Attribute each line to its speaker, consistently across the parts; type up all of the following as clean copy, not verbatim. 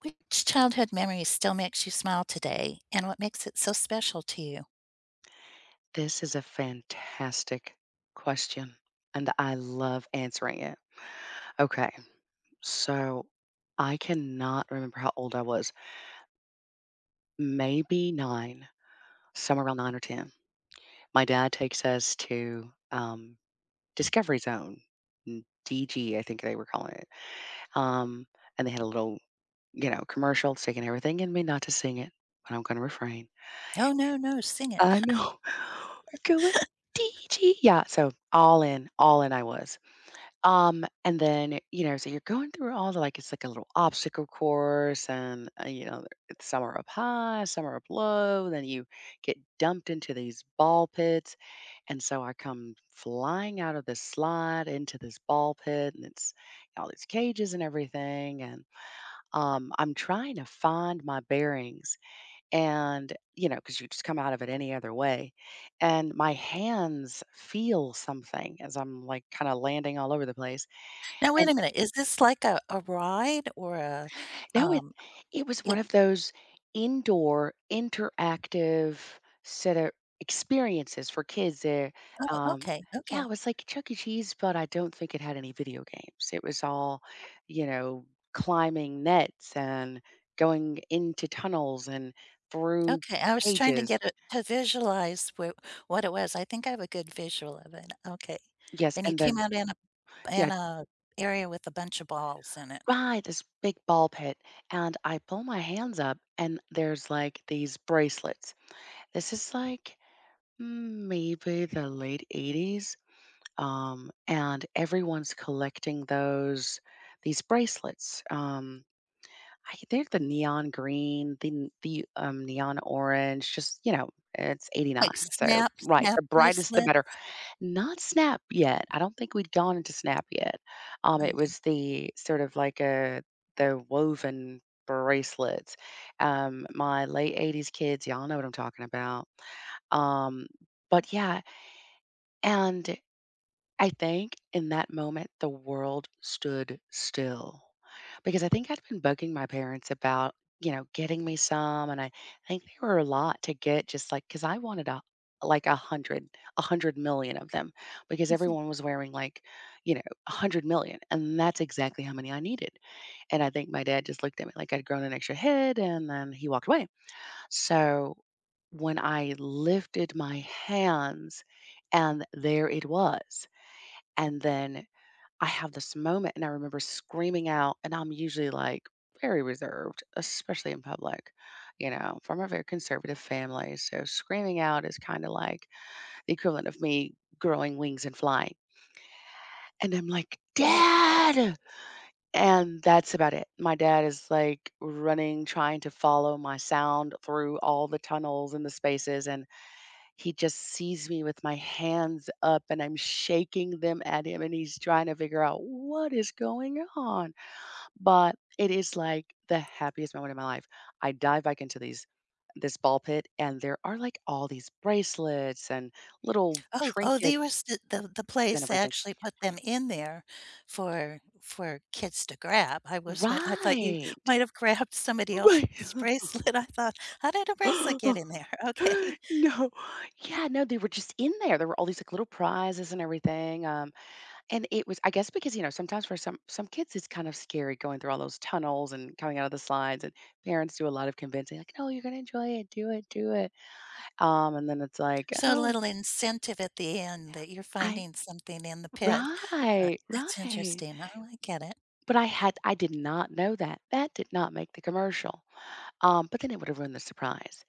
Speaker 1: Which childhood memory still makes you smile today, and what makes it so special to you?
Speaker 2: This is a fantastic question, and I love answering it. Okay, so I cannot remember how old I was, maybe 9, somewhere around 9 or 10. My dad takes us to, Discovery Zone, n DG, I think they were calling it. um, and they had a little, commercial singing everything in me not to sing it, but I'm gonna refrain.
Speaker 1: Oh, no, no, sing it.
Speaker 2: I know. We're going DG. Yeah, so all in I was. And then, so you're going through all the like it's like a little obstacle course, and it's some are up high, some are up low, then you get dumped into these ball pits. And so I come flying out of this slide into this ball pit, and it's all these cages and everything. And I'm trying to find my bearings, and because you just come out of it any other way. And my hands feel something as I'm like kind of landing all over the place,
Speaker 1: Now, wait
Speaker 2: and
Speaker 1: a minute. Is this like a ride or a,
Speaker 2: no, it
Speaker 1: um
Speaker 2: it was one
Speaker 1: Yep.
Speaker 2: of those indoor interactive set of experiences for kids there.
Speaker 1: Oh,
Speaker 2: um
Speaker 1: okay,
Speaker 2: yeah,
Speaker 1: okay,
Speaker 2: it was like Chuck E. Cheese, but I don't think it had any video games. It was all, you know, climbing nets and going into tunnels and through
Speaker 1: okay. I was trying to
Speaker 2: cages.
Speaker 1: get it to visualize wh what it was. I think I have a good visual of it. Okay.
Speaker 2: Yes,
Speaker 1: And you
Speaker 2: and
Speaker 1: came
Speaker 2: then
Speaker 1: out in a
Speaker 2: yeah,
Speaker 1: in a area with a bunch of balls in it,
Speaker 2: right, this big ball pit, and I pull my hands up, and there's like these bracelets. This is like maybe the late '80s. And everyone's collecting those these bracelets. They're the neon green, the neon orange. Just it's
Speaker 1: like
Speaker 2: '89, so
Speaker 1: snap
Speaker 2: right,
Speaker 1: snap
Speaker 2: the brightest the
Speaker 1: bracelet?
Speaker 2: better. Not Snap yet. I don't think we'd gone into Snap yet. It
Speaker 1: Okay.
Speaker 2: was the sort of like a the woven bracelets. My late '80s kids, y'all know what I'm talking about. Um, but yeah, and I think in that moment, the world stood still because I think I'd been bugging my parents about, getting me some. And I think they were a lot to get just like, because I wanted like a hundred, 100 million of them, because everyone was wearing like, you know, 100 million. And that's exactly how many I needed. And I think my dad just looked at me like I'd grown an extra head, and then he walked away. So when I lifted my hands, and there it was. And then I have this moment, and I remember screaming out, and I'm usually like very reserved, especially in public, from a very conservative family. So screaming out is kind of like the equivalent of me growing wings and flying. And I'm like, "Dad!" And that's about it. My dad is like running, trying to follow my sound through all the tunnels and the spaces. And he just sees me with my hands up, and I'm shaking them at him, and he's trying to figure out what is going on. But it is like the happiest moment of my life. I dive back into these this ball pit, and there are like all these bracelets and little
Speaker 1: Oh, oh, they
Speaker 2: trinkets
Speaker 1: were s the
Speaker 2: and
Speaker 1: place that
Speaker 2: everything.
Speaker 1: actually put them in there for kids to grab. I was I thought you
Speaker 2: Right.
Speaker 1: might have grabbed somebody
Speaker 2: Right.
Speaker 1: else's bracelet. I thought, "How did a bracelet get in there?" Okay.
Speaker 2: No. Yeah, no, they were just in there. There were all these like little prizes and everything. And it was, I guess, because, sometimes for some kids, it's kind of scary going through all those tunnels and coming out of the slides, and parents do a lot of convincing, like, "No, you're gonna enjoy it. Do it, do it." And then it's like,
Speaker 1: So, a
Speaker 2: "Oh,
Speaker 1: little incentive at the end that you're
Speaker 2: I—"
Speaker 1: finding something in the pit.
Speaker 2: Right,
Speaker 1: That's
Speaker 2: right.
Speaker 1: interesting. Oh, I get it.
Speaker 2: But I did not know that. That did not make the commercial. But then it would have ruined the surprise.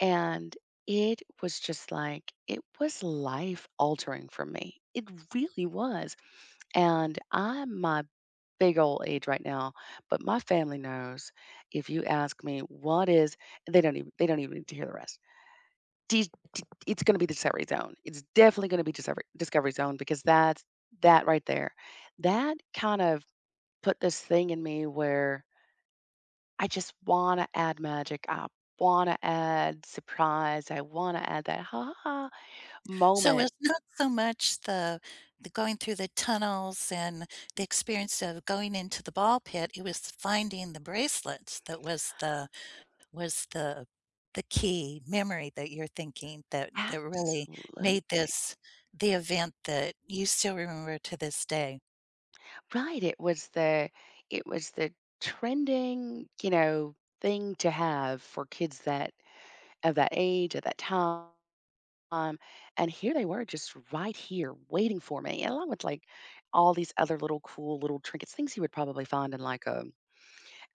Speaker 2: And it was just like it was life altering for me. It really was. And I might big old age right now, but my family knows if you ask me what is— they don't even, need to hear the rest. Dis d It's gonna be Discovery Zone. It's definitely gonna be Discovery Zone, because that's that right there. That kind of put this thing in me where I just wanna add magic. I wanna add surprise. I wanna add that "ha ha ha"
Speaker 1: So,
Speaker 2: moment.
Speaker 1: it's not so much the going through the tunnels and the experience of going into the ball pit, it was finding the bracelets that was the. Was the the key memory that you're thinking that that really made
Speaker 2: Absolutely.
Speaker 1: this the event that you still remember to this day,
Speaker 2: Right, it was the trending, thing to have for kids that of that age at that time. And here they were just right here waiting for me, and along with, like, all these other little cool little trinkets, things you would probably find in, like,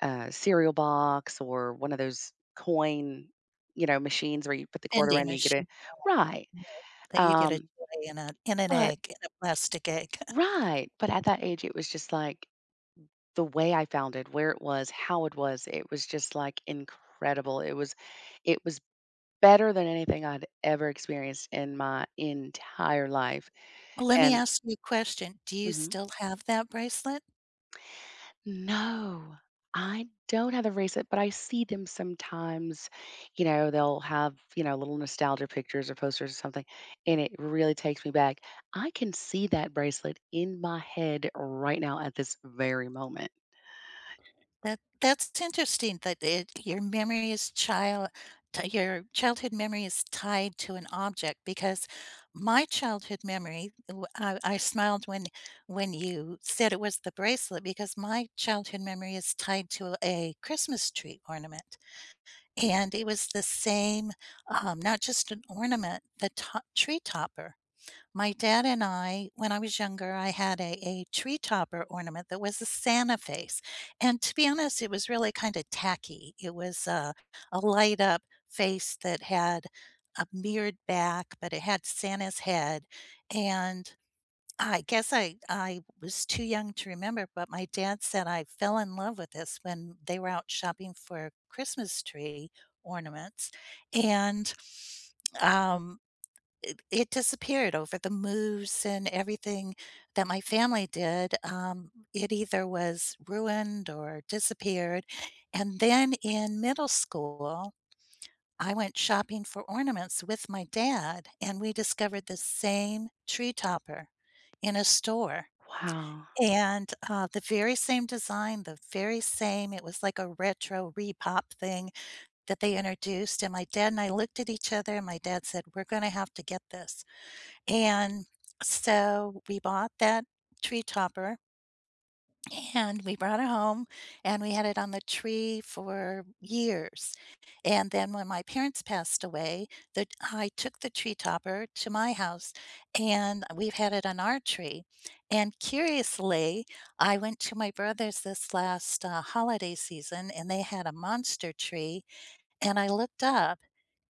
Speaker 2: a cereal box, or one of those coin, machines where you put the quarter in
Speaker 1: vending
Speaker 2: and you get a—
Speaker 1: machine
Speaker 2: Right.
Speaker 1: milk that you get a
Speaker 2: um,
Speaker 1: toy in a in an
Speaker 2: but
Speaker 1: egg, in a plastic egg.
Speaker 2: right, but at that age, it was just like— the way I found it, where it was, how it was just, like, incredible. It was better than anything I'd ever experienced in my entire life,
Speaker 1: Well, let me
Speaker 2: and—
Speaker 1: ask you a question, do you
Speaker 2: Mhm.
Speaker 1: still have that bracelet?
Speaker 2: No, I don't have the bracelet, but I see them sometimes, they'll have, little nostalgia pictures or posters or something, and it really takes me back. I can see that bracelet in my head right now at this very moment.
Speaker 1: That that's interesting that it your memory is child t your childhood memory is tied to an object because my childhood memory w I smiled when you said it was the bracelet because my childhood memory is tied to a Christmas tree ornament, and it was the same, not just an ornament, the to tree topper. My dad and I, when I was younger, I had a tree topper ornament that was a Santa face. And to be honest, it was really kind of tacky. It was a light up face that had a mirrored back, but it had Santa's head. And I guess I was too young to remember, but my dad said I fell in love with this when they were out shopping for Christmas tree ornaments. And um it it disappeared over the moves and everything that my family did. It either was ruined or disappeared. And then in middle school, I went shopping for ornaments with my dad, and we discovered the same tree topper in a store.
Speaker 2: Wow,
Speaker 1: And the very same design, the very same, it was like a retro repop thing that they introduced. And my dad and I looked at each other, and my dad said, "We're going to have to get this." And so we bought that tree topper and we brought it home and we had it on the tree for years. And then when my parents passed away, the I took the tree topper to my house and we've had it on our tree. And curiously, I went to my brother's this last holiday season and they had a monster tree and I looked up,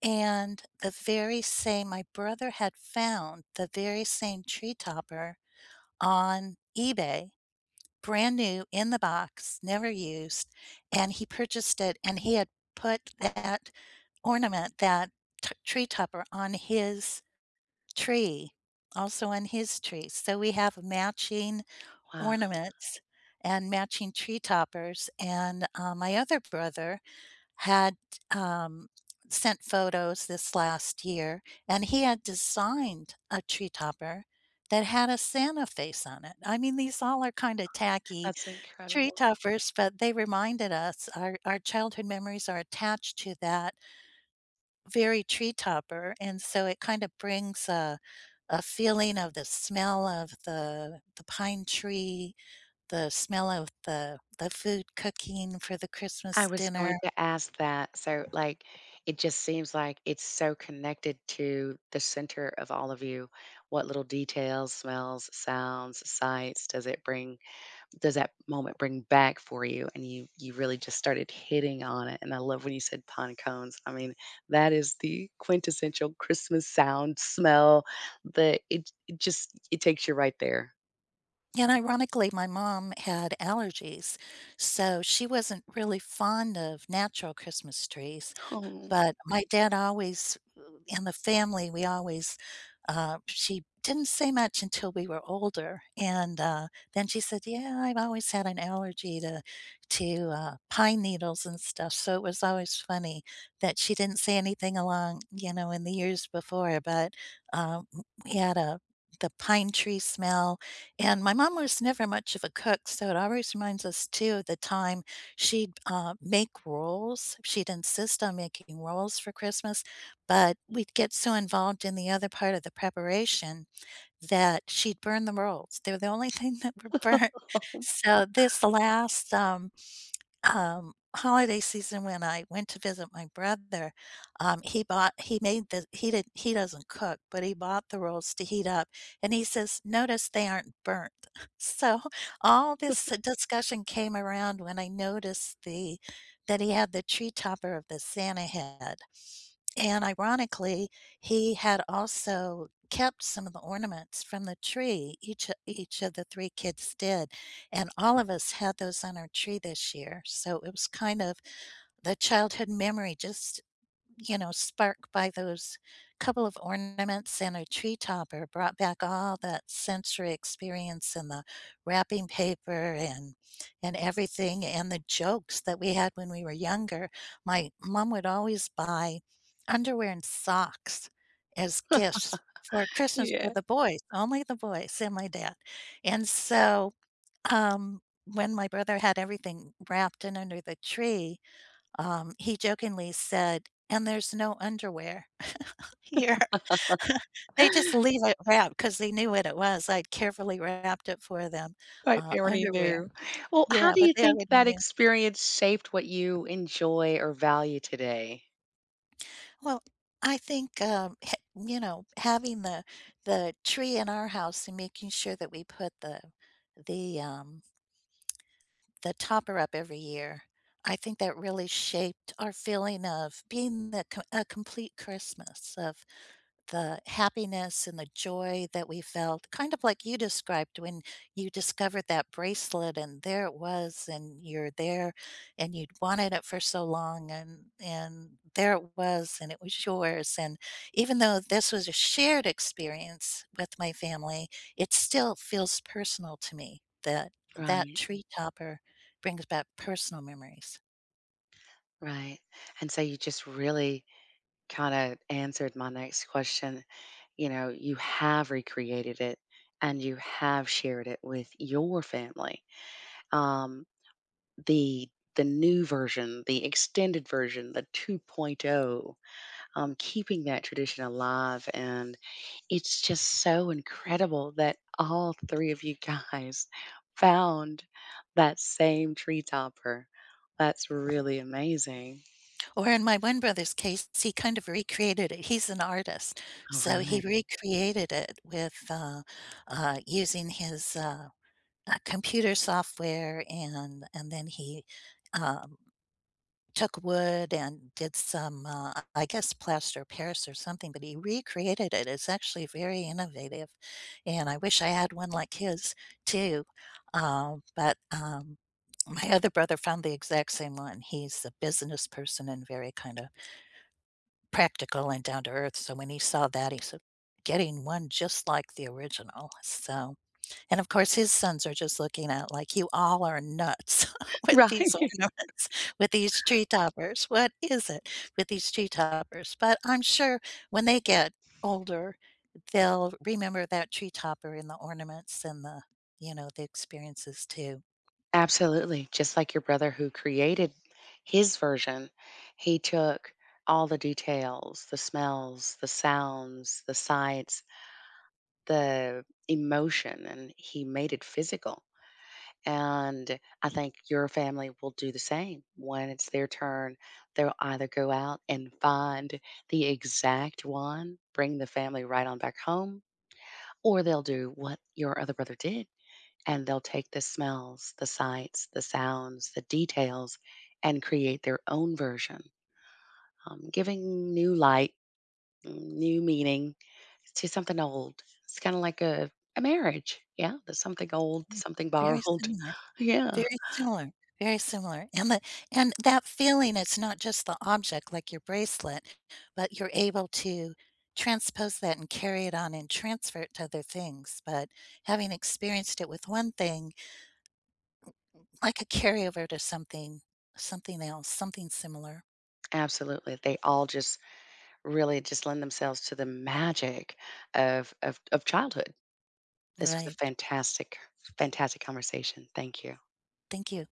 Speaker 1: and the very same my brother had found the very same tree topper on eBay, brand new in the box, never used, and he purchased it, and he had put that ornament, that t tree topper on his tree, also on his tree. So we have matching
Speaker 2: wow,
Speaker 1: ornaments and matching tree toppers, and, my other brother had, um, sent photos this last year, and he had designed a tree topper that had a Santa face on it. I mean, these all are kinda tacky
Speaker 2: that's
Speaker 1: tree
Speaker 2: incredible.
Speaker 1: toppers, but they reminded us our childhood memories are attached to that very tree topper, and so it kinda brings a feeling of the smell of the pine tree, the smell of the food cooking for the
Speaker 2: I
Speaker 1: Christmas
Speaker 2: was going
Speaker 1: dinner.
Speaker 2: to ask that. So, like, it just seems like it's so connected to the center of all of you. What little details, smells, sounds, sights does it bring? Does that moment bring back for you? And you really just started hitting on it. And I love when you said pine cones. I mean, that is the quintessential Christmas sound, smell. The it, it just It takes you right there.
Speaker 1: And ironically, my mom had allergies, so she wasn't really fond of natural Christmas trees.
Speaker 2: Oh,
Speaker 1: But my dad always we always, she didn't say much until we were older, and, then she said, "Yeah, I've always had an allergy to pine needles and stuff," so it was always funny that she didn't say anything along, you know, in the years before, but, um, we had a the pine tree smell, and my mom was never much of a cook, so it always reminds us too of the time. Make rolls, she'd insist on making rolls for Christmas, but we'd get so involved in the other part of the preparation that she'd burn the rolls. They were the only thing that were burnt. So this last, holiday season when I went to visit my brother, he bought he made the he did he doesn't cook, but he bought the rolls to heat up, and he says, "Notice they aren't burnt." So all this discussion came around when I noticed the that he had the tree topper of the Santa head, and ironically, he had also kept some of the ornaments from the tree, each of the 3 kids did, and all of us had those on our tree this year, so it was kind of the childhood memory just, you know, sparked by those couple of ornaments and a tree topper brought back all that sensory experience and the wrapping paper and everything and the jokes that we had when we were younger. My mom would always buy underwear and socks as gifts for Christmas for
Speaker 2: yeah.
Speaker 1: the boys, only the boys and my dad. And so, when my brother had everything wrapped in under the tree, he jokingly said, "And there's no underwear here." They just leave it wrapped because they knew what it was. I would carefully wrapped it for them,
Speaker 2: Right, they already
Speaker 1: underwear.
Speaker 2: knew. Well, how
Speaker 1: Yeah,
Speaker 2: do
Speaker 1: but
Speaker 2: you
Speaker 1: they
Speaker 2: think
Speaker 1: already
Speaker 2: that
Speaker 1: knew.
Speaker 2: experience shaped what you enjoy or value today?
Speaker 1: Well, I think, ha you know, having the tree in our house and making sure that we put the, um, the topper up every year, I think that really shaped our feeling of being the co a complete Christmas of the happiness and the joy that we felt, kind of like you described when you discovered that bracelet and there it was and you're there and you'd wanted it for so long and there it was and it was yours and even though this was a shared experience with my family, it still feels personal to me that that
Speaker 2: Right,
Speaker 1: tree topper brings back personal memories.
Speaker 2: right. And so you just really kind of answered my next question. You know, you have recreated it, and you have shared it with your family. Um, the the new version, the extended version, the 2.0, keeping that tradition alive, and it's just so incredible that all 3 of you guys found that same tree topper. That's really amazing.
Speaker 1: Or in my one brother's case, he kind of recreated it. He's an artist,
Speaker 2: All
Speaker 1: so he
Speaker 2: right.
Speaker 1: recreated it with, using his, computer software and then he, um, took wood and did some, I guess, plaster Paris or something, but he recreated it. It's actually very innovative, and I wish I had one like his too. Um, but, um, my other brother found the exact same one. He's a business person and very kinda practical and down to earth, so when he saw that, he said, "Getting one just like the original," so and of course, his sons are just looking at like, "You all are nuts with these
Speaker 2: Right.
Speaker 1: ornaments, with these tree toppers, what is it with these tree toppers?" But I'm sure when they get older, they'll remember that tree topper and the ornaments and the, you know, the experiences too.
Speaker 2: Absolutely, just like your brother who created his version, he took all the details, the smells, the sounds, the sights, the emotion, and he made it physical. And I think your family will do the same. When it's their turn, they'll either go out and find the exact one, bring the family right on back home, or they'll do what your other brother did, and they'll take the smells, the sights, the sounds, the details, and create their own version, giving new light, new meaning to something old. It's kind of like a marriage. Yeah, there's something old,
Speaker 1: Mm,
Speaker 2: something
Speaker 1: very
Speaker 2: borrowed.
Speaker 1: similar.
Speaker 2: Yeah.
Speaker 1: Very similar, very similar, and the and that feeling, it's not just the object like your bracelet, but you're able to transpose that and carry it on and transfer it to other things, but having experienced it with one thing, like a carryover to something something else, something similar.
Speaker 2: Absolutely. They all just really just lend themselves to the magic of childhood. This was a
Speaker 1: Right.
Speaker 2: fantastic, fantastic conversation. Thank you.
Speaker 1: Thank you.